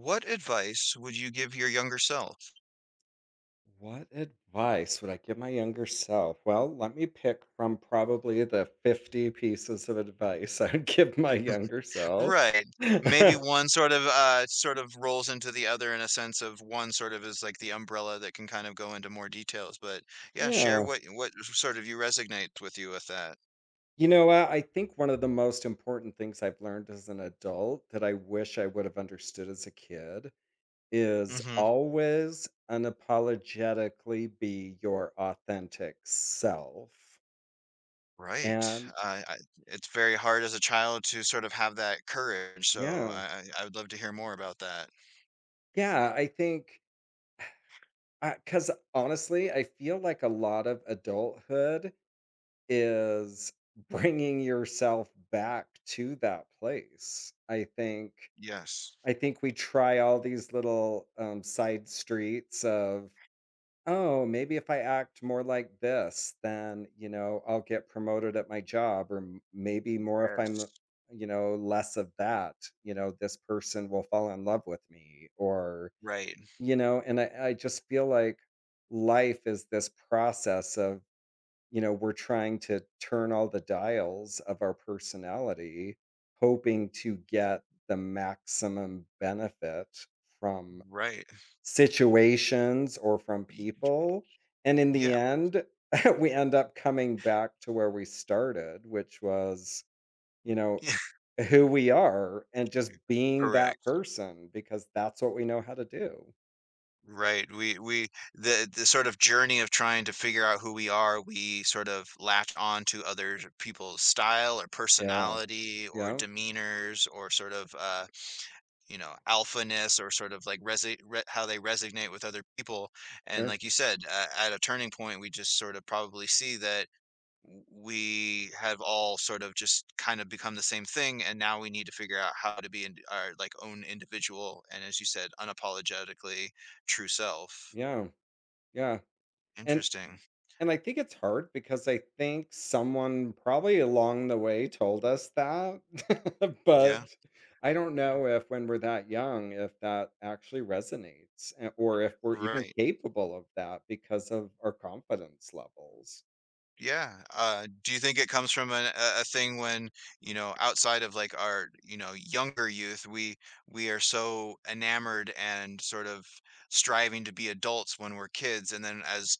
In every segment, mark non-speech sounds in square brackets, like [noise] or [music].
What advice would you give your younger self? What advice would I give my younger self? Well, let me pick from probably the 50 pieces of advice [laughs] I would give my younger self. Right. [laughs] Yeah. Maybe one sort of rolls into the other in a sense of one sort of is like the umbrella that can kind of go into more details. But yeah, share what sort of you resonate with you with that. You know, I think one of the most important things I've learned as an adult that I wish I would have understood as a kid is Hmm. always unapologetically be your authentic self. Right. And Uh, I, it's very hard as a child to sort of have that courage. So yeah, I would love to hear more about that. yeah, I think Because honestly, I feel like a lot of adulthood is bringing yourself back to that place. I think Yes. I think we try all these little, side streets of, "Oh, maybe if I act more like this, then, you know, I'll get promoted at my job, or m maybe more if I'm, Yes. you know, less of that, you know, this person will fall in love with me," or Right. you know, and I just feel like life is this process of, you know, we're trying to turn all the dials of our personality, hoping to get the maximum benefit from Right. situations or from Y- people. And in the Yeah. end, [laughs] we end up coming back to where we started, which was, you know, [laughs] who we are and just being that Correct. person because that's what we know how to do. Right. We The sort of journey of trying to figure out who we are, we sort of latch on to other people's style or Yeah. personality or Yeah. demeanors or sort of you know, alphaness or sort of like resi re how they resonate with other people. And Sure. like you said, at a turning point, we just sort of probably see that we have all sort of just kind of become the same thing, and now we need to figure out how to be in our like own individual and as you said, unapologetically true self. Yeah. Yeah. And Interesting. and I think it's hard because I think someone probably along the way told us that. [laughs] Yeah. But I don't know if when we're that young, if that actually resonates or if we're even Right. capable of that because of our confidence levels. Yeah. Do you think it comes from a thing when, you know, outside of like our, you know, younger youth, we are so enamored and sort of striving to be adults when we're kids, and then as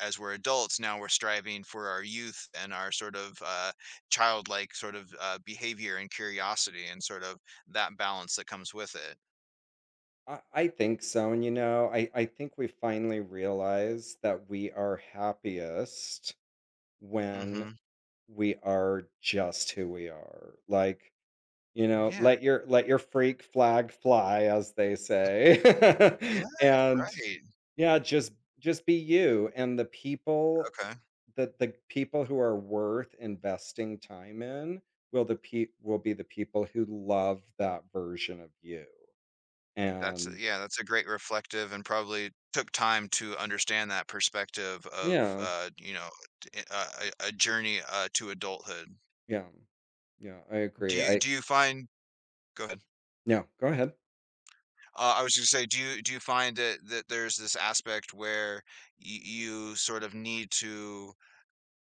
as we're adults now we're striving for our youth and our sort of childlike sort of behavior and curiosity and sort of that balance that comes with it. I think so. And you know, I think we finally realize that we are happiest when Mm-hmm. we are just who we are. Like, you know, Yeah. let your freak flag fly, as they say. Yeah. [laughs] And, Right. yeah, just be you, and the people Okay. that the people who are worth investing time in will the pe will be the people who love that version of you, That's a and Yeah, that's a great reflective and probably took time to understand that perspective of, yeah, you know, t a journey, to adulthood. yeah, yeah, I agree, I Do you find Go ahead. No, go ahead. I was gonna say, do you find that there's this aspect where y you sort of need to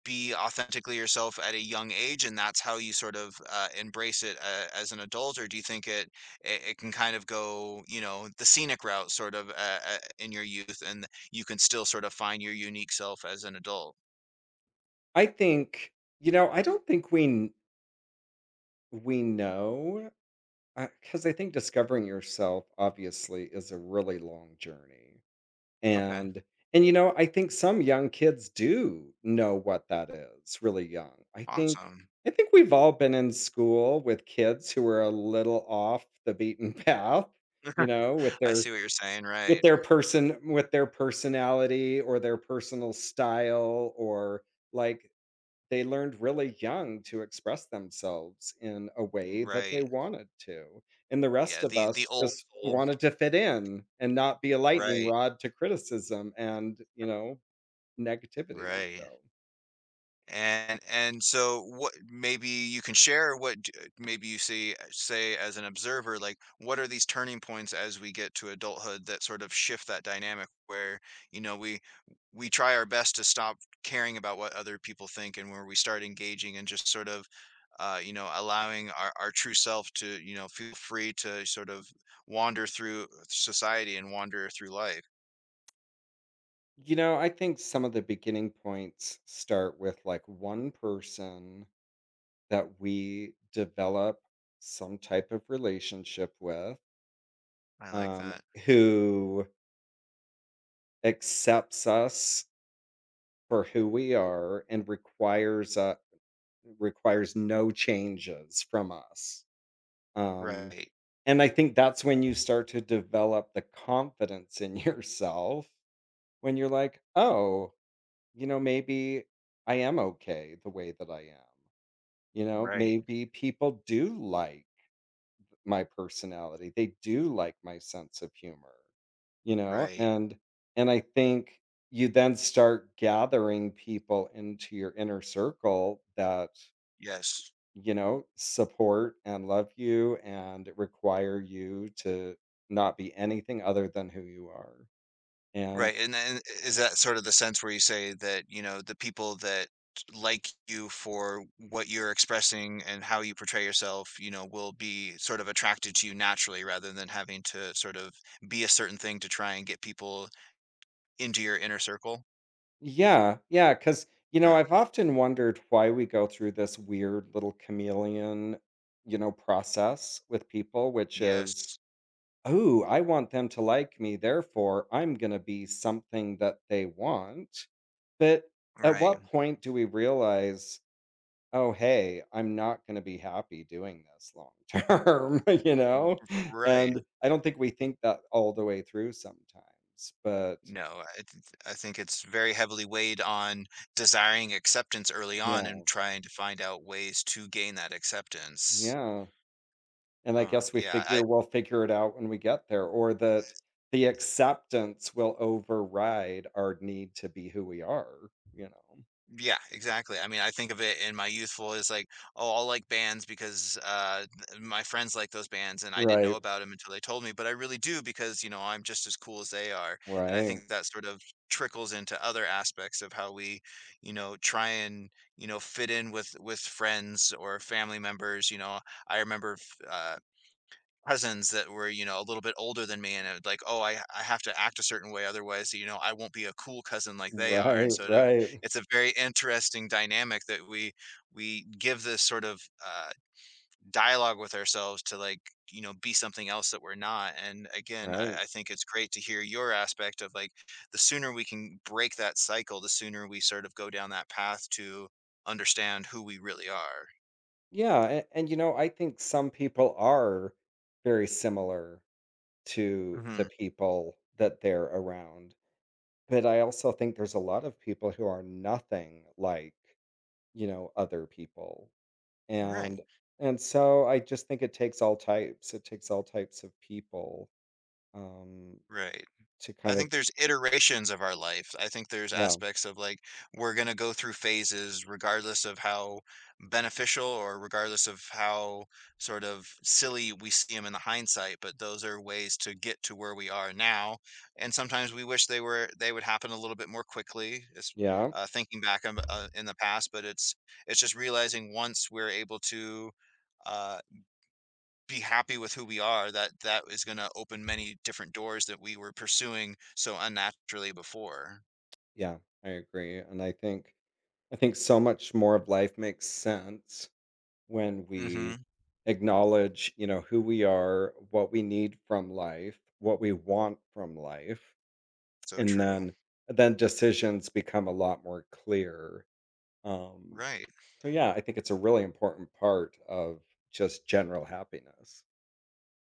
be authentically yourself at a young age and that's how you sort of embrace it as an adult or do you think it can kind of go you know the scenic route sort of in your youth and you can still sort of find your unique self as an adult. I think, you know, I don't think we kn we know Because I think discovering yourself obviously is a really long journey, Okay. and and you know I think some young kids do know what that is really young. I think Awesome. I think we've all been in school with kids who are a little off the beaten [laughs] path, you know, I see what you're saying. with Right. their person with their personality or their personal style or like they learned really young to express themselves in a way that they Right. wanted to, and the rest Yeah, of the us old just soul. wanted to fit in and not be a lightning Right. rod to criticism and, you know, negativity, Right. so And so what maybe you can share maybe you see say as an observer, like what are these turning points as we get to adulthood that sort of shift that dynamic where, you know, we try our best to stop caring about what other people think and where we start engaging and just sort of allowing our true self to feel free to sort of wander through society and wander through life. you know, I think some of the beginning points start with, like, one person that we develop some type of relationship with, I like um, that. who accepts us for who we are and requires no changes from us. Um, Right. and I think that's when you start to develop the confidence in [laughs] yourself when you're like, oh, you know, maybe I am okay the way that I am. You know, Right. maybe people do like my personality, they do like my sense of humor, you know, Right. And I think you then start gathering people into your inner circle that, Yes. you know, support and love you and require you to not be anything other than who you are. And Right, and then is that sort of the sense where you say that, you know, the people that like you for what you're expressing and how you portray yourself, you know, will be sort of attracted to you naturally rather than having to sort of be a certain thing to try and get people into your inner circle? yeah, yeah, because, you know, Okay. I've often wondered why we go through this weird little chameleon, you know, process with people, which is, Yes. oh, I want them to like me. Therefore, I'm going to be something that they want. But at what Right. point do we realize, "Oh, hey, I'm not gonna be happy doing this long [laughs] term," you know? Right. And I don't think we think that all the way through sometimes, but No, I think it's very heavily weighed on desiring acceptance early on and yeah, trying to find out ways to gain that acceptance. yeah, and I Huh. guess Yeah, we'll figure it out when we get there or that the acceptance will override our need to be who we are, you know? yeah, exactly. I mean, I think of it in my youthful as like, oh, I'll like bands because my friends like those bands, and I didn't know Right, about them until they told me. But I really do because you know I'm just as cool as they are, and I right, think that sort of trickles into other aspects of how we, you know, try and you know fit in with friends or family members. You know, I remember cousins that were, you know, a little bit older than me and it like, "Oh, I have to act a certain way, otherwise, you know, I won't be a cool cousin like they are." And right, so to right, It's a very interesting dynamic that we give this sort of, dialogue with ourselves to, like, you know, be something else that we're not, and again, I right. I think it's great to hear your aspect of, like, the sooner we can break that cycle, the sooner we sort of go down that path to understand who we really are. Yeah, and, you know, I think some people are very similar to the Mhm. people that they're around. But I also think there's a lot of people who are nothing like, you know, other people, and Right. and so I just think it takes all types. It takes all types of people, um, Right. to I kind of think there's iterations of our life. I think there's yeah, aspects of like we're going to go through phases regardless of how beneficial or regardless of how sort of silly we see them in the hindsight, but those are ways to get to where we are now. And sometimes we wish they would happen a little bit more quickly. It's yeah, thinking back on, in the past, but it's just realizing once we're able to uh be happy with who we are, that that is gonna open many different doors that we were pursuing so unnaturally before. yeah, I agree, and I think so much more of life makes sense when we Mhm. acknowledge, you know, who we are, what we need from life, what we want from life. So And true. Then decisions become a lot more clear. Um, Right. so yeah, I think it's a really important part of just general happiness.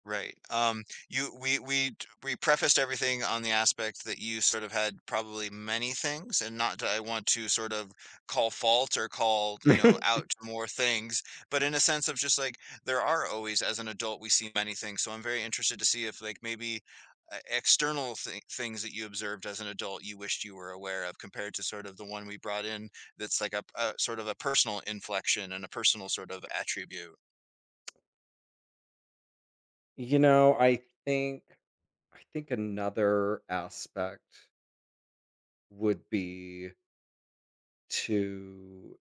Right. You we t- we prefaced everything on the aspect that you sort of had probably many things, and not that I want to sort of call fault or call, you know, [laughs] out to more things, but in a sense of just like there are always, as an adult, we see many things. So I'm very interested to see if like maybe external th things that you observed as an adult you wished you were aware of compared to sort of the one we brought in that's like a sort of a personal inflection and a personal sort of attribute. You know, think I think another aspect would be to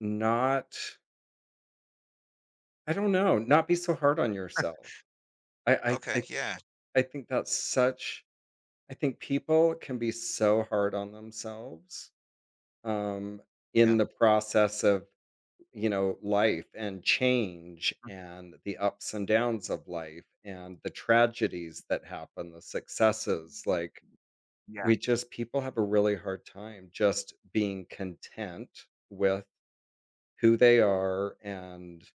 not, I don't know, not be so hard on yourself. I I Okay. I, Yeah. I think that's such I think people can be so hard on themselves um Yeah. in the process of, you know, life and change and the ups and downs of life and the tragedies that happen, the successes. Like, Yeah. People have a really hard time just being content with who they are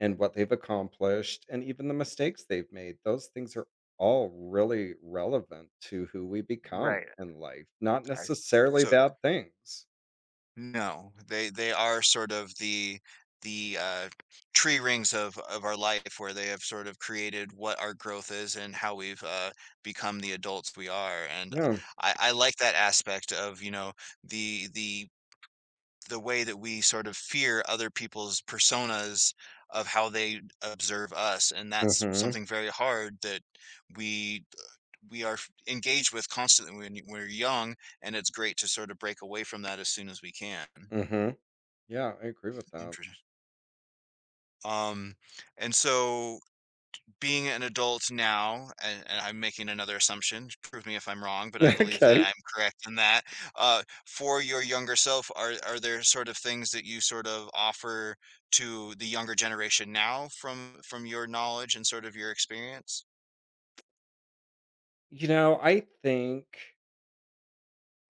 and what they've accomplished and even the mistakes they've made, those things are all really relevant to who we become Right. in life, not I necessarily so bad things. No, they are sort of the tree rings of our life where they have sort of created what our growth is and how we've, become the adults we are, and Yeah. I like that aspect of, you know, the the the way that we sort of fear other people's personas of how they observe us, and that's Mhm. something very hard that we we are engaged with constantly when we're young, and it's great to sort of break away from that as soon as we can. Mhm. Yeah, I agree with that. Interesting. Um, and so being an adult now, and I'm making another assumption, prove me if I'm wrong, but I [laughs] believe that Okay. I'm correct in that. For your younger self, are there sort of things that you sort of offer to the younger generation now from your knowledge and sort of your experience? You know,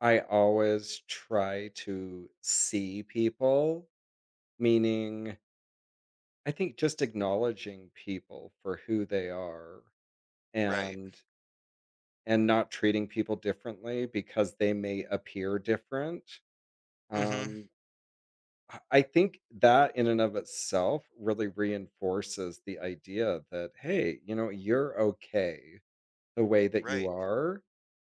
I always try to see people, meaning I think just acknowledging people for who they are Right. and and not treating people differently because they may appear different. Mm-hmm. Um, I think that in and of itself really reinforces the idea that, hey, you know, you're okay the way that you Right. are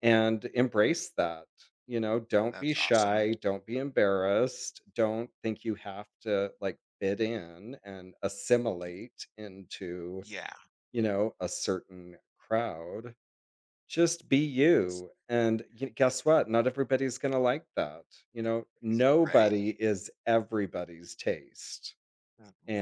and embrace that. You know, don't That's be awesome. shy, don't be embarrassed, don't think you have to like fit in and assimilate into, Yeah. you know, a certain crowd. Just be That's, you. And guess what? Not everybody's going to like that. You know, right. nobody is everybody's taste.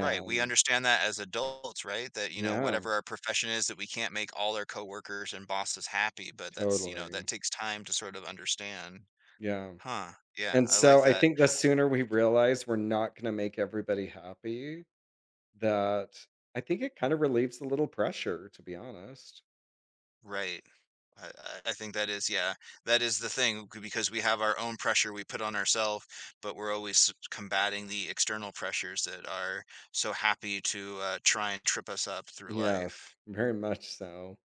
Right, we understand that as adults, right? That, you know, yeah, whatever our profession is, that we can't make all our coworkers and bosses happy, but that's, you know, that totally. takes time to sort of understand. Yeah. Huh. Yeah, And I like so I that. think the sooner we realize we're not going to make everybody happy, that I think it kind of relieves a little pressure, to be honest. Right. I, I think that is, yeah, that is the thing c- because we have our own pressure we put on ourselves, but we're always combating the external pressures that are so happy to try and trip us up through Yes, life. very much so. [laughs]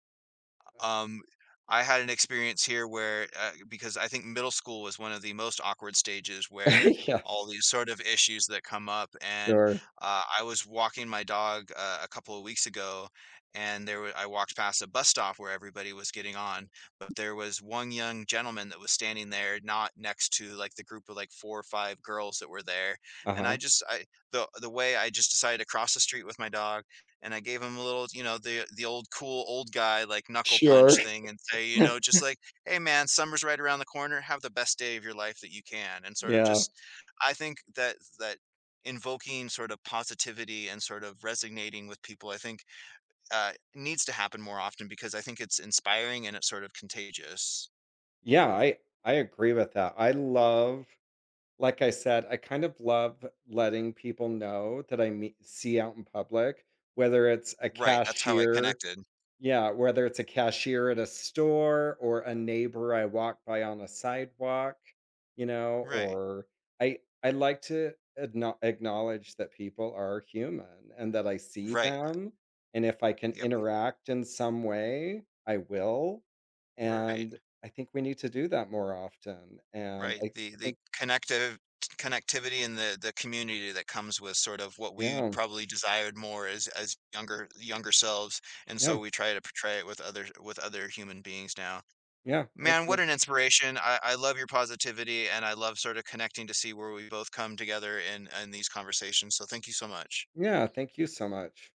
Um, I had an experience here where because I think middle school was one of the most awkward stages where all Yes, these sort of issues that come up. And sure. I was walking my dog a couple of weeks ago, and I walked past a bus stop where everybody was getting on, but there was one young gentleman that was standing there, not next to like the group of like four or five girls that were there. And I Uh-huh. just I the way I just decided to cross the street with my dog and I gave him a little, you know, the old cool old guy, like, knuckle punch Sure. thing and say, [laughs] just like, "Hey, man, summer's right around the corner. Have the best day of your life that you can." And sort of Yeah. just I think that invoking sort of positivity and sort of resonating with people, I think, needs to happen more often because I think it's inspiring and it's sort of contagious. Yeah, I agree with that. I love, like I said, I kind of love letting people know that I meet see out in public, whether it's a Right, that's how I cashier, connected. yeah, whether it's a cashier at a store or a neighbor I walk by on a sidewalk, you know, Right. or I like to acknowledge that people are human and that I see Right, them and if I can yep, interact in some way, I will. right. And I think we need to do that more often. And Right, the I the think connective connectivity and the community that comes with sort of what we yeah, probably desired more as younger selves, and so yeah, we try to portray it with other human beings now. yeah, I Man, agree. what an inspiration. I love your positivity, and I love sort of connecting to see where we both come together in these conversations, so thank you so much. Yeah, thank you so much.